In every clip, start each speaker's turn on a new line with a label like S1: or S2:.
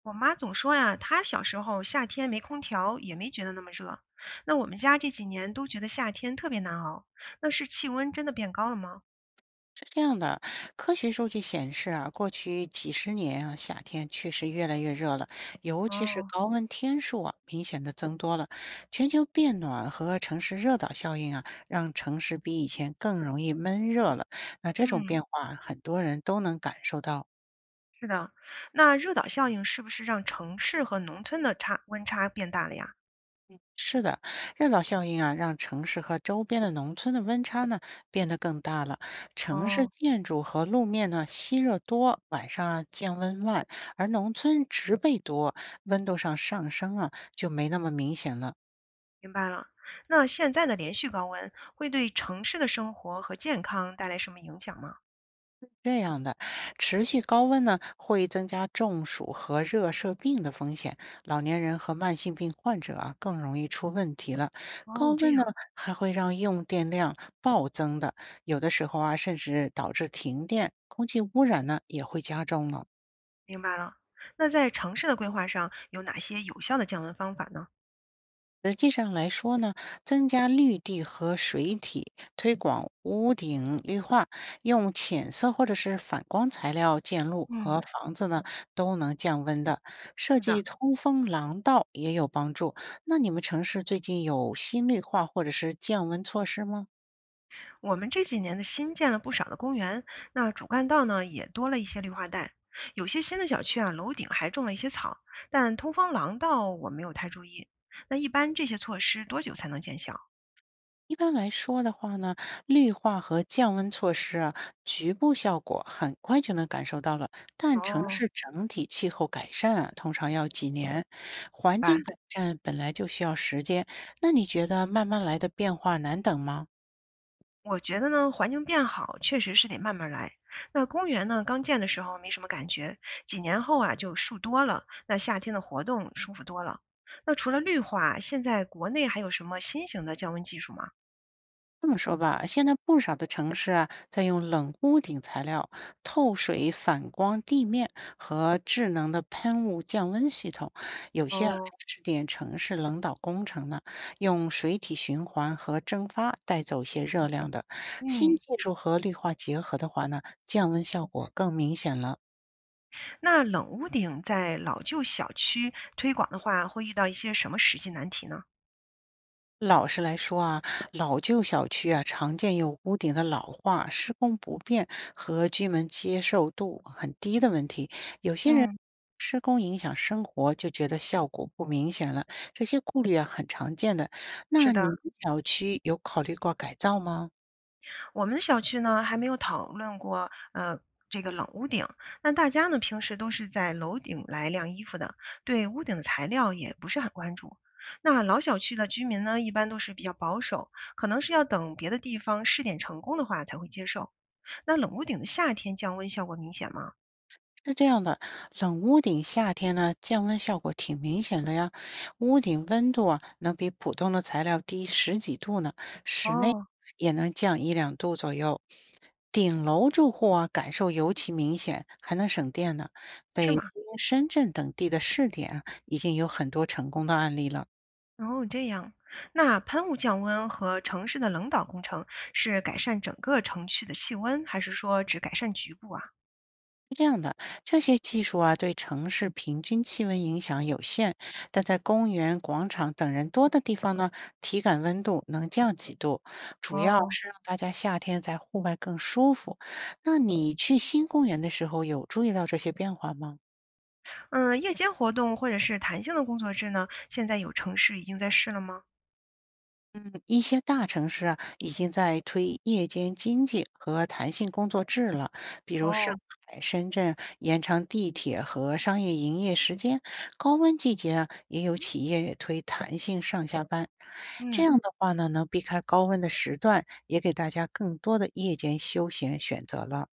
S1: 我妈总说呀，她小时候夏天没空调也没觉得那么热。那我们家这几年都觉得夏天特别难熬，那是气温真的变高了吗？
S2: 是这样的，科学数据显示啊，过去几十年啊，夏天确实越来越热了，尤其是
S1: 哦，
S2: 高温天数啊，明显的增多了。全球变暖和城市热岛效应啊，让城市比以前更容易闷热了。那这种
S1: 嗯，
S2: 变化，很多人都能感受到。
S1: 是的。那热岛效应是不是让城市和农村的差温差变大了呀？
S2: 是的，热岛效应啊，让城市和周边的农村的温差呢变得更大了。城市
S1: 哦，
S2: 建筑和路面呢吸热多，晚上啊降温慢，而农村植被多，温度上升啊就没那么明显了。
S1: 明白了。那现在的连续高温会对城市的生活和健康带来什么影响吗？
S2: 这样的，持续高温呢，会增加中暑和热射病的风险，老年人和慢性病患者啊更容易出问题了。高
S1: 哦，这样，
S2: 温呢，还会让用电量暴增的，有的时候啊，甚至导致停电，空气污染呢也会加重了。
S1: 明白了。那在城市的规划上有哪些有效的降温方法呢？
S2: 实际上来说呢，增加绿地和水体，推广屋顶绿化，用浅色或者是反光材料建路
S1: 嗯，
S2: 和房子呢，都能降温的。设
S1: 是的。
S2: 计通风廊道也有帮助。那你们城市最近有新绿化或者是降温措施吗？
S1: 我们这几年的新建了不少的公园，那主干道呢也多了一些绿化带。有些新的小区啊，楼顶还种了一些草，但通风廊道我没有太注意。那一般这些措施多久才能见效？
S2: 一般来说的话呢，绿化和降温措施啊，局部效果很快就能感受到了，但城
S1: 哦，
S2: 市整体气候改善啊，通常要几年。
S1: 明
S2: 环
S1: 白。
S2: 境改善本来就需要时间，那你觉得慢慢来的变化难等吗？
S1: 我觉得呢，环境变好确实是得慢慢来。那公园呢，刚建的时候没什么感觉，几年后啊就树多了，那夏天的活动舒服多了。那除了绿化，现在国内还有什么新型的降温技术吗？
S2: 这么说吧，现在不少的城市啊，在用冷屋顶材料、透水反光地面和智能的喷雾降温系统，有些啊还
S1: 哦，
S2: 试点城市冷导工程呢，用水体循环和蒸发带走一些热量的。新
S1: 嗯，
S2: 技术和绿化结合的话呢，降温效果更明显了。
S1: 那冷屋顶在老旧小区推广的话，会遇到一些什么实际难题呢？
S2: 老实来说啊，老旧小区啊，常见有屋顶的老化、施工不便和居民接受度很低的问题。有些人
S1: 嗯，
S2: 施工影响生活，就觉得效果不明显了。这些顾虑啊，很常见的。
S1: 是
S2: 那
S1: 的，
S2: 你们小区有考虑过改造吗？
S1: 我们的小区呢还没有讨论过，这个冷屋顶。那大家呢平时都是在楼顶来晾衣服的，对屋顶的材料也不是很关注。那老小区的居民呢，一般都是比较保守，可能是要等别的地方试点成功的话才会接受。那冷屋顶的夏天降温效果明显吗？
S2: 是这样的，冷屋顶夏天呢，降温效果挺明显的呀。屋顶温度啊，能比普通的材料低十几度呢，室内
S1: 哦，
S2: 也能降一两度左右。顶楼住户啊，感受尤其明显，还能省电呢。
S1: 是
S2: 北京、
S1: 吗？
S2: 深圳等地的试点啊已经有很多成功的案例了。
S1: 哦，这样，那喷雾降温和城市的冷导工程是改善整个城区的气温，还是说只改善局部啊？
S2: 是这样的，这些技术啊，对城市平均气温影响有限，但在公园、广场等人多的地方呢，体感温度能降几度，主要
S1: 哦，
S2: 是让大家夏天在户外更舒服。那你去新公园的时候，有注意到这些变化吗？
S1: 嗯，夜间活动或者是弹性的工作制呢，现在有城市已经在试了吗？
S2: 嗯，一些大城市啊，已经在推夜间经济和弹性工作制了，比如上
S1: 哦，
S2: 海、深圳延长地铁和商业营业时间，高温季节啊，也有企业推弹性上下班。这
S1: 嗯，
S2: 样的话呢，能避开高温的时段，也给大家更多的夜间休闲选择了。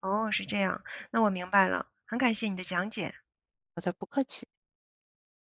S1: 哦，是这样，那我明白了，很感谢你的讲解。
S2: 好的，不客气。